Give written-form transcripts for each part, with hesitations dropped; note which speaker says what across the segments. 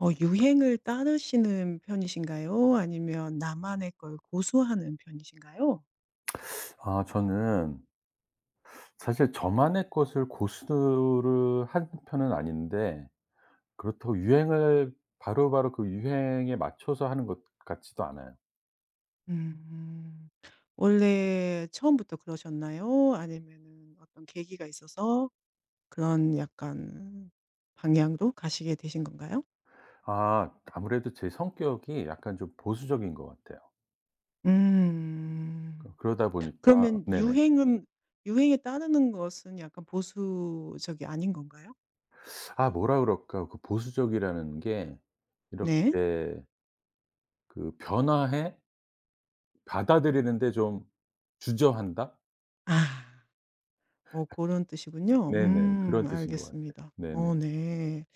Speaker 1: 유행을 따르시는 편이신가요? 아니면 나만의 걸 고수하는 편이신가요?
Speaker 2: 아 저는 사실 저만의 것을 고수를 하는 편은 아닌데, 그렇다고 유행을 바로바로 그 유행에 맞춰서 하는 것 같지도 않아요.
Speaker 1: 음. 원래 처음부터 그러셨나요? 아니면은 어떤 계기가 있어서 그런 약간 방향으로 가시게 되신 건가요?
Speaker 2: 아 아무래도 제 성격이 약간 좀 보수적인 것 같아요. 그
Speaker 1: 음.
Speaker 2: 그러다 보니까.
Speaker 1: 그러면
Speaker 2: 네네.
Speaker 1: 유행은 유행에 따르는 것은 약간 보수적이 아닌 건가요?
Speaker 2: 아 뭐라 그럴까? 그 보수적이라는 게
Speaker 1: 네.
Speaker 2: 이렇게 그 변화해 받아들이는데 좀 주저한다?
Speaker 1: 아. 그런 뜻이군요.
Speaker 2: 네네. 그런 뜻인 것 같아요.
Speaker 1: 알겠습니다.
Speaker 2: 네네.
Speaker 1: 어 네.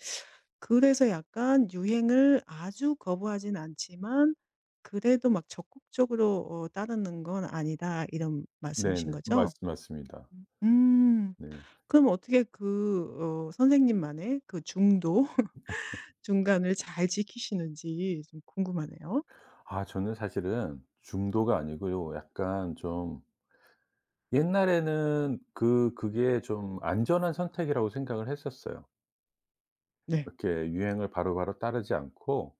Speaker 1: 그래서 약간 유행을 아주 거부하진 않지만 그래도 막 적극적으로 따르는 건 아니다 이런 말씀이신
Speaker 2: 네네. 맞
Speaker 1: 거죠?
Speaker 2: 맞습니다.
Speaker 1: 음. 음.
Speaker 2: 네.
Speaker 1: 그럼 어떻게 선생님만의 그 중도, 중간을 잘 지키시는지 좀 궁금하네요.
Speaker 2: 아 저는 사실은 중도가 아니고요. 약간 좀 옛날에는 그게 좀 안전한 선택이라고 생각을 했었어요.
Speaker 1: 네.
Speaker 2: 이렇게 유행을 바로바로 따르지 않고,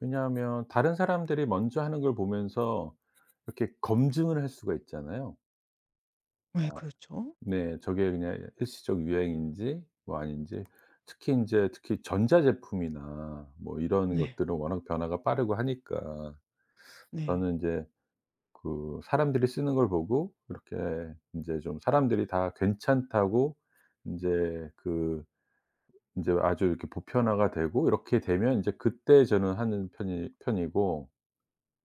Speaker 2: 왜냐하면 다른 사람들이 먼저 하는 걸 보면서 이렇게 검증을 할 수가 있잖아요.
Speaker 1: 예 그렇죠.
Speaker 2: 네. 저게 그냥 일시적 유행인지 뭐 아닌지. 특히 인제 특히 전자제품이나 뭐 이런
Speaker 1: 네.
Speaker 2: 것들은 워낙 변화가 빠르고 하니까,
Speaker 1: 네.
Speaker 2: 저는 인제 그 사람들이 쓰는 걸 보고 이렇게 인제 좀 사람들이 다 괜찮다고, 인제 그 인제 아주 이렇게 보편화가 되고 이렇게 되면 인제 그때 저는 하는 편이고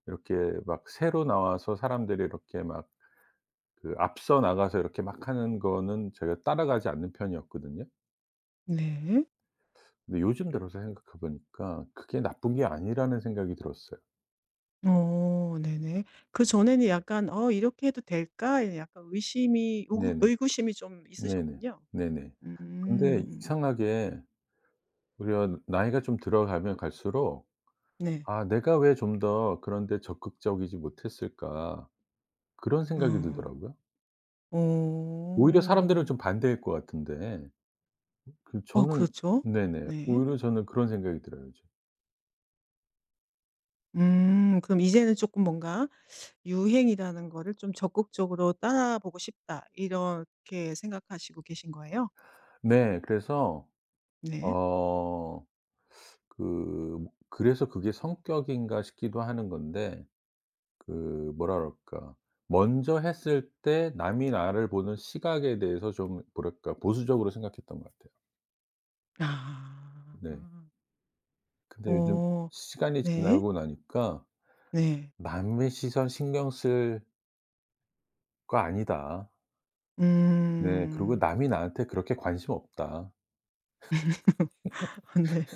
Speaker 2: 이렇게 막 새로 나와서 사람들이 이렇게 막 그 앞서 나가서 이렇게 막 하는 거는 제가 따라가지 않는 편이었거든요.
Speaker 1: 네.
Speaker 2: 근데 요즘 들어서 생각해 보니까 그게 나쁜 게 아니라는 생각이 들었어요.
Speaker 1: 어 네네. 그전에는 약간 '어 이렇게 해도 될까?' 예 약간 의심이 의구
Speaker 2: 네네.
Speaker 1: 의구심이 좀
Speaker 2: 네네.
Speaker 1: 있으셨군요.
Speaker 2: 네네. 근데
Speaker 1: 음.
Speaker 2: 이상하게 오히려 나이가 좀 들어가면 갈수록
Speaker 1: 네.
Speaker 2: '아 내가 왜 좀 더 그런 데 적극적이지 못했을까.' 그런 생각이
Speaker 1: 어.
Speaker 2: 들더라고요. 오히려 사람들은
Speaker 1: 오,
Speaker 2: 좀 반대일 것 같은데 그
Speaker 1: 어
Speaker 2: 저는
Speaker 1: 그렇죠.
Speaker 2: 네네.
Speaker 1: 네.
Speaker 2: 오히려 저는 그런 생각이 들어요 요즘.
Speaker 1: 그럼 이제는 조금 뭔가 '유행이라는 거를 좀 적극적으로 따라 보고 싶다.' 이렇게 생각하시고 계신 거예요?
Speaker 2: 네. 그래서
Speaker 1: 네.
Speaker 2: 어 그 그래서 그게 성격인가 싶기도 하는 건데, 그 뭐라 그럴까. 먼저 했을 때 남이 나를 보는 시각에 대해서 좀 뭐랄까 보수적으로 생각했던 것 같아요. 네.
Speaker 1: 아.
Speaker 2: 근데 요즘
Speaker 1: 어.
Speaker 2: 시간이
Speaker 1: 네.
Speaker 2: 지나고 나니까
Speaker 1: 네.
Speaker 2: '남의 시선 신경 쓸 거 아니다.' 네. 그리고
Speaker 1: 음.
Speaker 2: '남이 나한테 그렇게 관심 없다.'
Speaker 1: 네.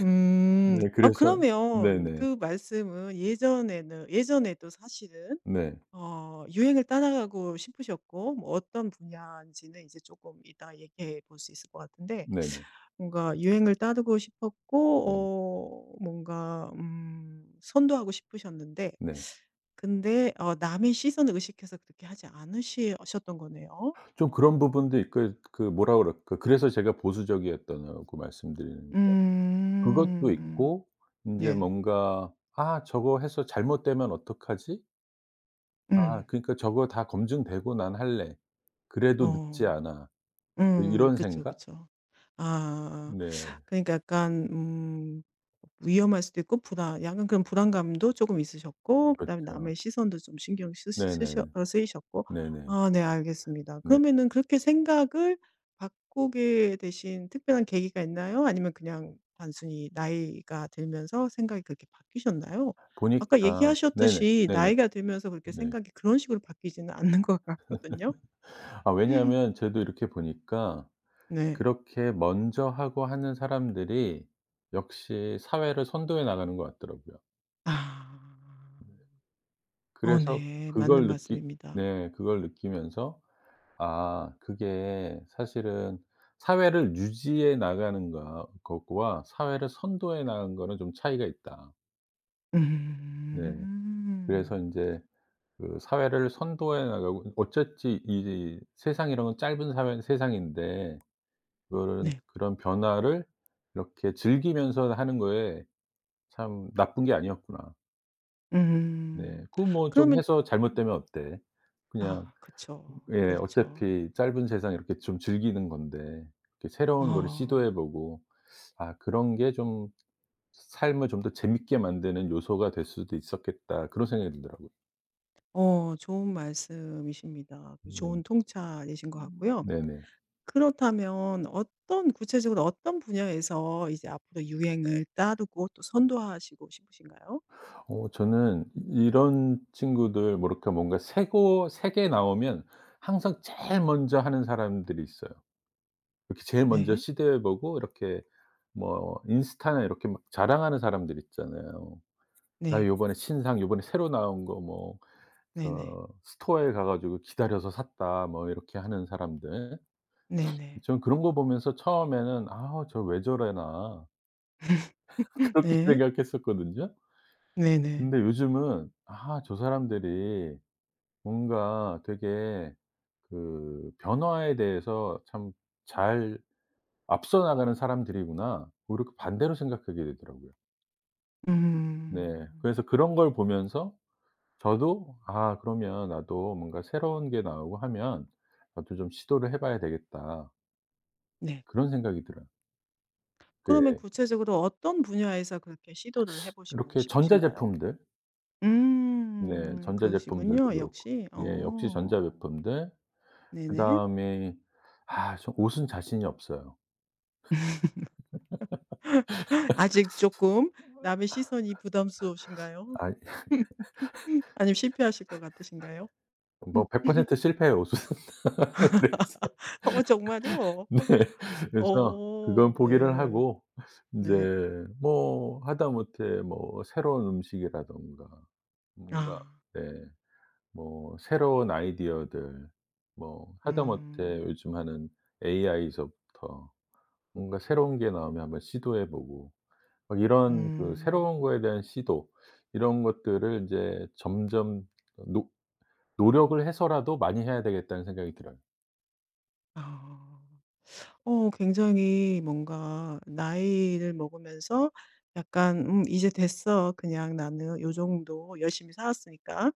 Speaker 1: 음.
Speaker 2: 네.
Speaker 1: 아
Speaker 2: 그래서
Speaker 1: 그러면
Speaker 2: 네네.
Speaker 1: 그 말씀은 예전에는 예전에도 사실은
Speaker 2: 네.
Speaker 1: 어 유행을 따라가고 싶으셨고 뭐 어떤 분야인지는 이제 조금 이따 얘기해 볼 수 있을 것 같은데
Speaker 2: 네네.
Speaker 1: 뭔가 유행을 따르고
Speaker 2: 네.
Speaker 1: 싶었고 어 뭔가 선도하고 싶으셨는데
Speaker 2: 네.
Speaker 1: 근데 어 남의 시선을 의식해서 그렇게 하지 않으시 셨던 거네요.
Speaker 2: 좀 그런 부분도 있고 그 뭐라 그럴까 그 그래서 제가 보수적이었다고 말씀드리는 그것도
Speaker 1: 음.
Speaker 2: 있고, 인제
Speaker 1: 네.
Speaker 2: 뭔가 '아 저거 해서 잘못되면 어떡하지?
Speaker 1: 음.
Speaker 2: 아 그러니까 저거 다 검증되고 난 할래. 그래도 늦지
Speaker 1: 어.
Speaker 2: 않아.'
Speaker 1: 음.
Speaker 2: 이런
Speaker 1: 그쵸,
Speaker 2: 생각?
Speaker 1: 그쵸. 아.
Speaker 2: 네.
Speaker 1: 그러니까 약간 위험할 수도 있고 불안 약간 그런 불안감도 조금 있으셨고 그다음에
Speaker 2: 그렇죠.
Speaker 1: 남의 시선도 좀 신경 쓰 쓰셔
Speaker 2: 네네네.
Speaker 1: 어 쓰이셨고.
Speaker 2: 네네.
Speaker 1: 아 네 알겠습니다.
Speaker 2: 네.
Speaker 1: 그러면은 그렇게 생각을 바꾸게 되신 특별한 계기가 있나요? 아니면 그냥 단순히 나이가 들면서 생각이 그렇게 바뀌셨나요? 아까
Speaker 2: 보니까 네네.
Speaker 1: 얘기하셨듯이
Speaker 2: 네네.
Speaker 1: 나이가 들면서 그렇게
Speaker 2: 네.
Speaker 1: 생각이 그런 식으로 바뀌지는 않는 것 같거든요.
Speaker 2: 아 왜냐하면 저도 이렇게 보니까
Speaker 1: 네.
Speaker 2: 그렇게 먼저 하고 하는 사람들이 역시 사회를 선도해 나가는 것 같더라고요.
Speaker 1: 아. 어
Speaker 2: 그래서
Speaker 1: 네. 맞는
Speaker 2: 그걸 느끼
Speaker 1: 말씀입니다.
Speaker 2: 네 그걸 느끼면서 '아 그게 사실은 사회를 유지해 나가는 거 거와 사회를 선도해 나가는 거는 좀 차이가 있다.' 네. 그래서
Speaker 1: 음.
Speaker 2: 인제 그 사회를 선도해 나가고 어쨌지 이 세상이라는 짧은 사회 세상인데, 그런
Speaker 1: 네.
Speaker 2: 그런 변화를 이렇게 즐기면서 하는 거에 참 나쁜 게 아니었구나. 네.
Speaker 1: 음.
Speaker 2: 그 뭐 좀
Speaker 1: 그러면
Speaker 2: 해서 잘못되면 어때. 그냥
Speaker 1: 아 그쵸.
Speaker 2: 예
Speaker 1: 그렇죠.
Speaker 2: 어차피 짧은 세상 이렇게 좀 즐기는 건데 이렇게 새로운 거를
Speaker 1: 어.
Speaker 2: 시도해 보고, 아 그런 게 좀 '삶을 좀 더 재밌게 만드는 요소가 될 수도 있었겠다.' 그런 생각이 들더라고요.
Speaker 1: 어 좋은 말씀이십니다. 그
Speaker 2: 네.
Speaker 1: 좋은 통찰이신 것 같고요.
Speaker 2: 네네.
Speaker 1: 그렇다면 어떤 구체적으로 어떤 분야에서 이제 앞으로 유행을 따르고 또 선도하시고 싶으신가요?
Speaker 2: 어 저는 이런 친구들 뭐 이렇게 뭔가 새고 새게 나오면 항상 제일 먼저 하는 사람들이 있어요. 이렇게 제일 먼저
Speaker 1: 네.
Speaker 2: 시도해 보고 이렇게 뭐 인스타나 이렇게 막 자랑하는 사람들 있잖아요. "나
Speaker 1: 네.
Speaker 2: 요번에 신상 요번에 새로 나온 거 뭐
Speaker 1: 네네.
Speaker 2: 저 스토어에 가 가지고 기다려서 샀다." 뭐 이렇게 하는 사람들.
Speaker 1: 네네.
Speaker 2: 저는 그런 거 보면서 처음에는 '아 저 왜 저래나' 그렇게
Speaker 1: 네.
Speaker 2: 생각했었거든요.
Speaker 1: 네네.
Speaker 2: 근데 요즘은 '아 저 사람들이 뭔가 되게 그 변화에 대해서 참 잘 앞서 나가는 사람들이구나.' 이렇게 반대로 생각하게 되더라고요. 네.
Speaker 1: 음.
Speaker 2: 그래서 그런 걸 보면서 저도 '아 그러면 나도 뭔가 새로운 게 나오고 하면 나도 좀 시도를 해 봐야 되겠다.'
Speaker 1: 네.
Speaker 2: 그런 생각이 들어요.
Speaker 1: 그러면
Speaker 2: 네.
Speaker 1: 구체적으로 어떤 분야에서 그렇게 시도를 해 보시고
Speaker 2: 이렇게 전자
Speaker 1: 싶으신가요?
Speaker 2: 제품들. 네.
Speaker 1: 음.
Speaker 2: 전자 제품들도
Speaker 1: 그러시군요,
Speaker 2: 그렇고
Speaker 1: 역시.
Speaker 2: 예 역시 전자
Speaker 1: 어.
Speaker 2: 제품들
Speaker 1: 네네.
Speaker 2: 그다음에 아 저 옷은 자신이 없어요.
Speaker 1: 아직 조금 남의 시선이 부담스러우신가요?
Speaker 2: 아이
Speaker 1: 아니면 실패하실 것 같으신가요?
Speaker 2: 뭐 100% 실패해요, 옷은. 그래서
Speaker 1: 어 정말요?
Speaker 2: 네. 그래서 그건
Speaker 1: 어
Speaker 2: 포기를
Speaker 1: 네.
Speaker 2: 하고
Speaker 1: 네.
Speaker 2: 인제 뭐 하다못해 뭐 새로운 음식이라든가 뭔가
Speaker 1: 아.
Speaker 2: 네 뭐 새로운 아이디어들 뭐 하다못해
Speaker 1: 음.
Speaker 2: 요즘 하는 AI서부터 뭔가 새로운 게 나오면 한번 시도해 보고 막 이런 그
Speaker 1: 음.
Speaker 2: 새로운 거에 대한 시도, 이런 것들을 인제 점점 노 노력을 해서라도 많이 해야 되겠다는 생각이 들어요.
Speaker 1: 아. 어 굉장히 뭔가 나이를 먹으면서 약간 '음 이제 됐어. 그냥 나는 요 정도 열심히 살았으니까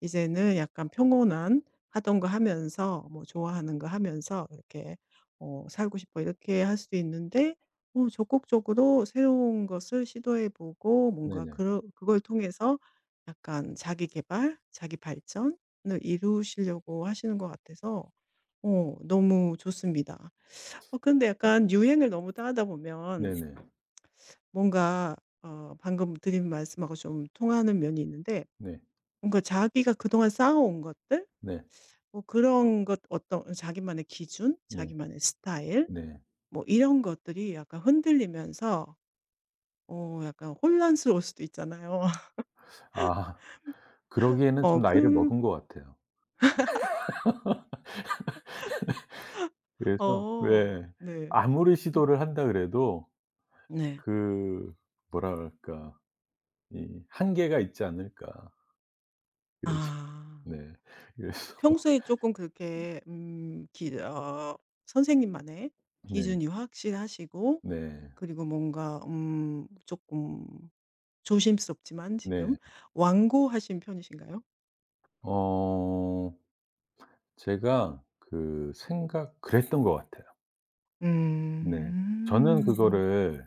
Speaker 1: 이제는 약간 평온한 하던 거 하면서 뭐 좋아하는 거 하면서 이렇게 어 살고 싶어.' 이렇게 할 수 있는데 어 적극적으로 새로운 것을 시도해 보고 뭔가
Speaker 2: 네네.
Speaker 1: 그걸 통해서 약간 자기 발전을 이루시려고 하시는 것 같아서 어 너무 좋습니다. 어 근데 약간 유행을 너무 따르다 보면
Speaker 2: 네네.
Speaker 1: 뭔가 어 방금 드린 말씀하고 좀 통하는 면이 있는데
Speaker 2: 네.
Speaker 1: 뭔가 자기가 그동안 쌓아온 것들
Speaker 2: 네.
Speaker 1: 뭐 그런 것 어떤 자기만의 기준,
Speaker 2: 네.
Speaker 1: 자기만의 스타일
Speaker 2: 네.
Speaker 1: 뭐 이런 것들이 약간 흔들리면서 어 약간 혼란스러울 수도 있잖아요.
Speaker 2: 아 그러기에는
Speaker 1: 어
Speaker 2: 좀 나이를
Speaker 1: 그
Speaker 2: 먹은 것 같아요. 그래서 왜
Speaker 1: 네.
Speaker 2: 아무리
Speaker 1: 음
Speaker 2: 시도를 한다 그래도
Speaker 1: 네.
Speaker 2: 그 뭐라 그럴까 이 한계가 있지 않을까. 그래서
Speaker 1: 아.
Speaker 2: 네. 그래서
Speaker 1: 평소에 조금 그렇게 기 어 선생님만의
Speaker 2: 네.
Speaker 1: 기준이 확실하시고
Speaker 2: 네.
Speaker 1: 그리고 뭔가 조금 조심스럽지만 지금
Speaker 2: 네.
Speaker 1: 완고하신 편이신가요?
Speaker 2: 어 제가 그 생각 그랬던 것 같아요. 네. 저는
Speaker 1: 음.
Speaker 2: 그거를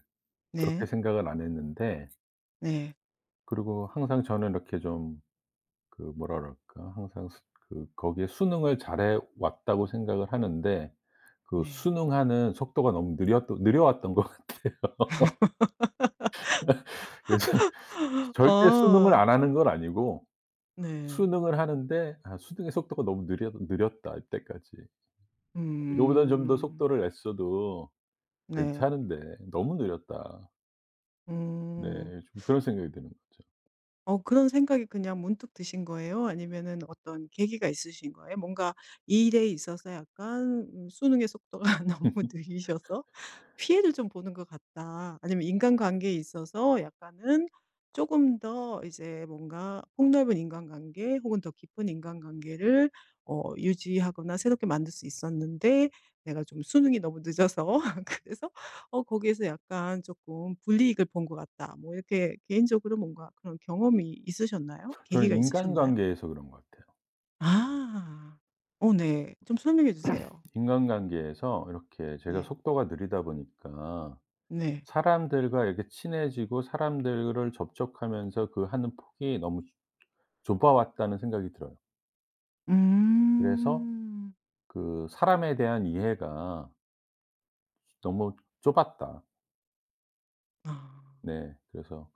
Speaker 2: 그렇게
Speaker 1: 네.
Speaker 2: 생각을 안 했는데,
Speaker 1: 네.
Speaker 2: 그리고 항상 저는 이렇게 좀 그 뭐랄까 항상 스 그 거기에 순응을 잘해 왔다고 생각을 하는데, 그
Speaker 1: 네.
Speaker 2: 순응하는 속도가 너무 느렸 느려왔던 것 같아요. 그래서 절대 순응을
Speaker 1: 아.
Speaker 2: 안 하는 건 아니고
Speaker 1: 네.
Speaker 2: 순응을 하는데 '아 순응의 속도가 너무 느려 느렸다 이때까지. 이거보다는 좀 더
Speaker 1: 음.
Speaker 2: 속도를 냈어도
Speaker 1: 네.
Speaker 2: 괜찮은데 너무 느렸다.'
Speaker 1: 음.
Speaker 2: 네 좀 그런 생각이 드는 거죠.
Speaker 1: 어 그런 생각이 그냥 문득 드신 거예요? 아니면은 어떤 계기가 있으신 거예요? 뭔가 이 일에 있어서 약간 수능의 속도가 너무 느리셔서 피해를 좀 보는 것 같다. 아니면 인간관계에 있어서 약간은 조금 더 이제 뭔가 폭넓은 인간관계 혹은 더 깊은 인간관계를 어 유지하거나 새롭게 만들 수 있었는데 내가 좀 수능이 너무 늦어서 그래서 어 거기에서 약간 조금 '불이익을 본 것 같다.' 뭐 이렇게 개인적으로 뭔가 그런 경험이 있으셨나요?
Speaker 2: 저는
Speaker 1: 계기가 있으셨나요?
Speaker 2: 인간관계에서 그런 것 같아요.
Speaker 1: 아. 어 네. 좀 설명해 주세요.
Speaker 2: 인간관계에서 이렇게 제가
Speaker 1: 네.
Speaker 2: 속도가 느리다 보니까
Speaker 1: 네.
Speaker 2: 사람들과 이렇게 친해지고 사람들을 접촉하면서 그 하는 폭이 너무 좁아 왔다는 생각이 들어요. 그래서
Speaker 1: 음.
Speaker 2: 그 '사람에 대한 이해가 너무 좁았다.'
Speaker 1: 아.
Speaker 2: 네. 그래서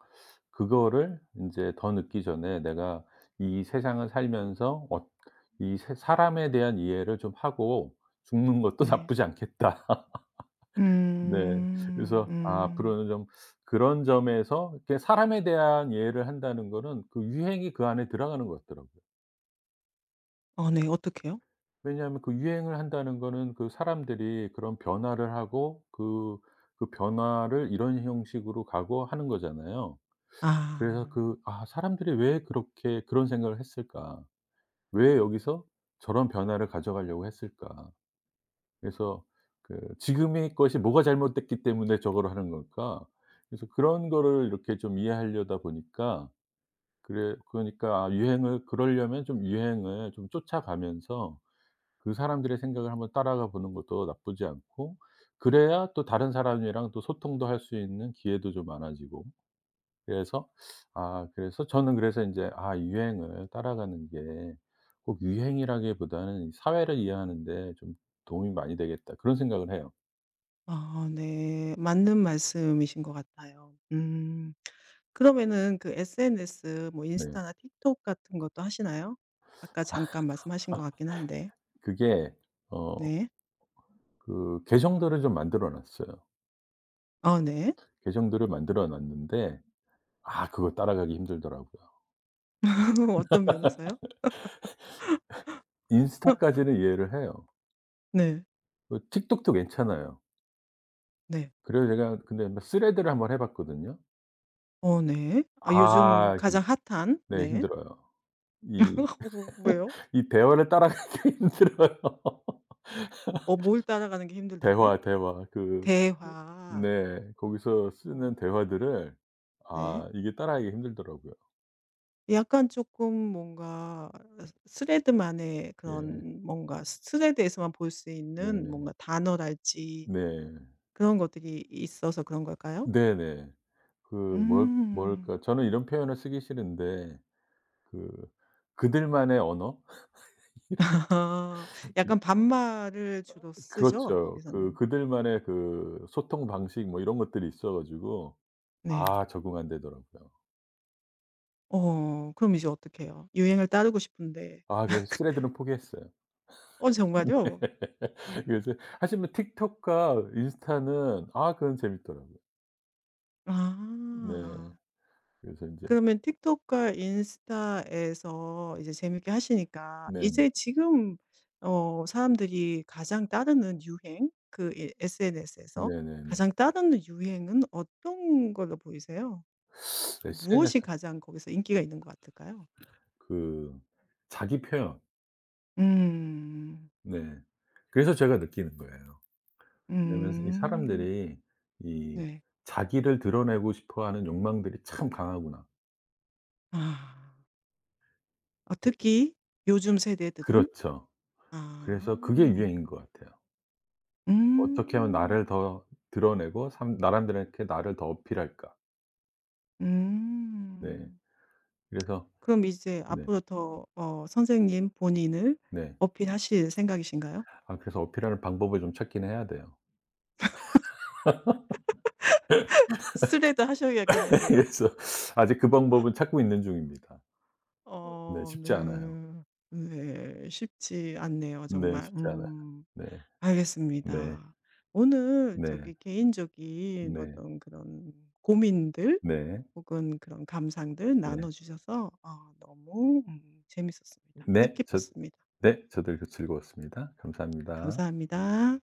Speaker 2: 그거를 인제 더 늦기 전에 내가 이 세상을 살면서 어 이 세 '사람에 대한 이해를 좀 하고 죽는 것도
Speaker 1: 네.
Speaker 2: 나쁘지 않겠다.' 네.
Speaker 1: 음.
Speaker 2: 그래서 아
Speaker 1: 음.
Speaker 2: 앞으로는 좀 그런 점에서 이렇게 사람에 대한 이해를 한다는 거는 그 유행이 그 안에 들어가는 것 같더라고요.
Speaker 1: 어 네. 어떻게요?
Speaker 2: 왜냐하면 그 유행을 한다는 거는 그 사람들이 그런 변화를 하고 그, 그 변화를 이런 형식으로 가고 하는 거잖아요. 그래서
Speaker 1: 아.
Speaker 2: 그 '아 사람들이 왜 그렇게 그런 생각을 했을까? 왜 여기서 저런 변화를 가져가려고 했을까?' 그래서 그 '지금의 것이 뭐가 잘못됐기 때문에 저거를 하는 걸까?' 그래서 그런 거를 이렇게 좀 이해하려다 보니까, 그래 그러니까 아 유행을 그러려면 좀 유행을 좀 쫓아가면서 그 사람들의 생각을 한번 따라가 보는 것도 나쁘지 않고, 그래야 또 다른 사람이랑 또 소통도 할 수 있는 기회도 좀 많아지고, 그래서 아 그래서 저는 그래서 인제 아 유행을 따라가는 게 꼭 유행이라기보다는 이 '사회를 이해하는 데 좀 도움이 많이 되겠다.' 그런 생각을 해요.
Speaker 1: 아 네. 맞는 말씀이신 것 같아요. 음. 그러면은 그 SNS 뭐
Speaker 2: 네.
Speaker 1: 인스타나 틱톡 같은 것도 하시나요? 아까 잠깐 말씀하신 것 같긴 한데.
Speaker 2: 그게 어
Speaker 1: 네.
Speaker 2: 그 계정들을 좀 만들어 놨어요.
Speaker 1: 아 네.
Speaker 2: 계정들을 만들어 놨는데 아 그거 따라가기 힘들더라고요.
Speaker 1: 어떤 면에서요?
Speaker 2: 인스타까지는 이해를 해요.
Speaker 1: 네.
Speaker 2: 그 틱톡도 괜찮아요.
Speaker 1: 네.
Speaker 2: 그래서 제가 근데 뭐 스레드를 한번 해 봤거든요.
Speaker 1: 어 네. 아 요즘
Speaker 2: 아 힘
Speaker 1: 가장 핫한
Speaker 2: 네
Speaker 1: 네.
Speaker 2: 힘들어요. 이
Speaker 1: 어 왜요?
Speaker 2: 이 대화를 따라가기 힘들어요.
Speaker 1: 어 뭘 따라가는 게 힘들다고요?
Speaker 2: 대화, 대화. 그
Speaker 1: 대화.
Speaker 2: 네. 거기서 쓰는
Speaker 1: 어
Speaker 2: 대화들을
Speaker 1: 네.
Speaker 2: 아 이게 따라하기가 힘들더라고요.
Speaker 1: 약간 조금 뭔가 스레드만의
Speaker 2: 예.
Speaker 1: 그런 뭔가 스레드에서만 볼 수 있는
Speaker 2: 네.
Speaker 1: 뭔가 단어랄지
Speaker 2: 네.
Speaker 1: 그런 것들이 있어서 그런 걸까요?
Speaker 2: 네네. 그 뭘
Speaker 1: 음.
Speaker 2: 뭘까? 저는 이런 표현을 쓰기 싫은데 그 그들만의 언어?
Speaker 1: 아.
Speaker 2: 이
Speaker 1: 약간 반말을 주로 쓰죠,
Speaker 2: 그렇죠. 그
Speaker 1: 거기서는.
Speaker 2: 그들만의 그 소통 방식 뭐 이런 것들이 있어 가지고
Speaker 1: 네.
Speaker 2: 아 적응 안 되더라고요.
Speaker 1: 어 그럼 이제 어떡해요? 유행을 따르고 싶은데.
Speaker 2: 아 그래서 스레드는 포기했어요.
Speaker 1: 어
Speaker 2: 네.
Speaker 1: 정말요?
Speaker 2: 그래서 하지만 틱톡과 인스타는 아 그건 재밌더라고요.
Speaker 1: 아.
Speaker 2: 네. 그래서 인제
Speaker 1: 그러면 틱톡과 인스타에서 이제 재밌게 하시니까
Speaker 2: 네네.
Speaker 1: 이제 지금 어 사람들이 가장 따르는 유행 그 SNS에서
Speaker 2: 네네네.
Speaker 1: 가장 따르는 유행은 어떤 걸로 보이세요? 무엇이
Speaker 2: SNS
Speaker 1: 가장 거기서 인기가 있는 것 같을까요?
Speaker 2: 그 자기 표현.
Speaker 1: 음.
Speaker 2: 네. 그래서 제가 느끼는 거예요. 왜냐면 이
Speaker 1: 음.
Speaker 2: 사람들이 이
Speaker 1: 네.
Speaker 2: 자기를 드러내고 싶어하는 욕망들이 참 강하구나.
Speaker 1: 아. 어,
Speaker 2: 그
Speaker 1: 특히 요즘 세대들은?
Speaker 2: 그렇죠. 그래서 그게
Speaker 1: 아.
Speaker 2: 유행인 것 같아요. 어떻게 하면 나를
Speaker 1: 음.
Speaker 2: 더 드러내고 삼 사람들한테 나를 더 어필할까. 네.
Speaker 1: 음.
Speaker 2: 그래서
Speaker 1: 그럼 이제
Speaker 2: 네.
Speaker 1: 앞으로 더 어 선생님 본인을
Speaker 2: 네.
Speaker 1: 어필하실 생각이신가요?
Speaker 2: 아 그래서 어필하는 방법을 좀 찾긴 해야 돼요.
Speaker 1: 스레드 하셔야겠는데요.
Speaker 2: 그래서 아직 그 방법은 찾고 있는 중입니다. 네.
Speaker 1: 어
Speaker 2: 쉽지 않아요.
Speaker 1: 네. 네. 쉽지 않네요
Speaker 2: 네.
Speaker 1: 정말.
Speaker 2: 쉽지 않아요.
Speaker 1: 음.
Speaker 2: 네. 네.
Speaker 1: 알겠습니다. 오늘
Speaker 2: 네.
Speaker 1: 저기 개인적인
Speaker 2: 네.
Speaker 1: 어떤 그런 고민들
Speaker 2: 네.
Speaker 1: 혹은 그런 감상들
Speaker 2: 네.
Speaker 1: 나눠주셔서 어, 너무 재밌었습니다.
Speaker 2: 네. 저
Speaker 1: 뜻깊었습니다.
Speaker 2: 네. 저도 즐거웠습니다. 감사합니다.
Speaker 1: 감사합니다.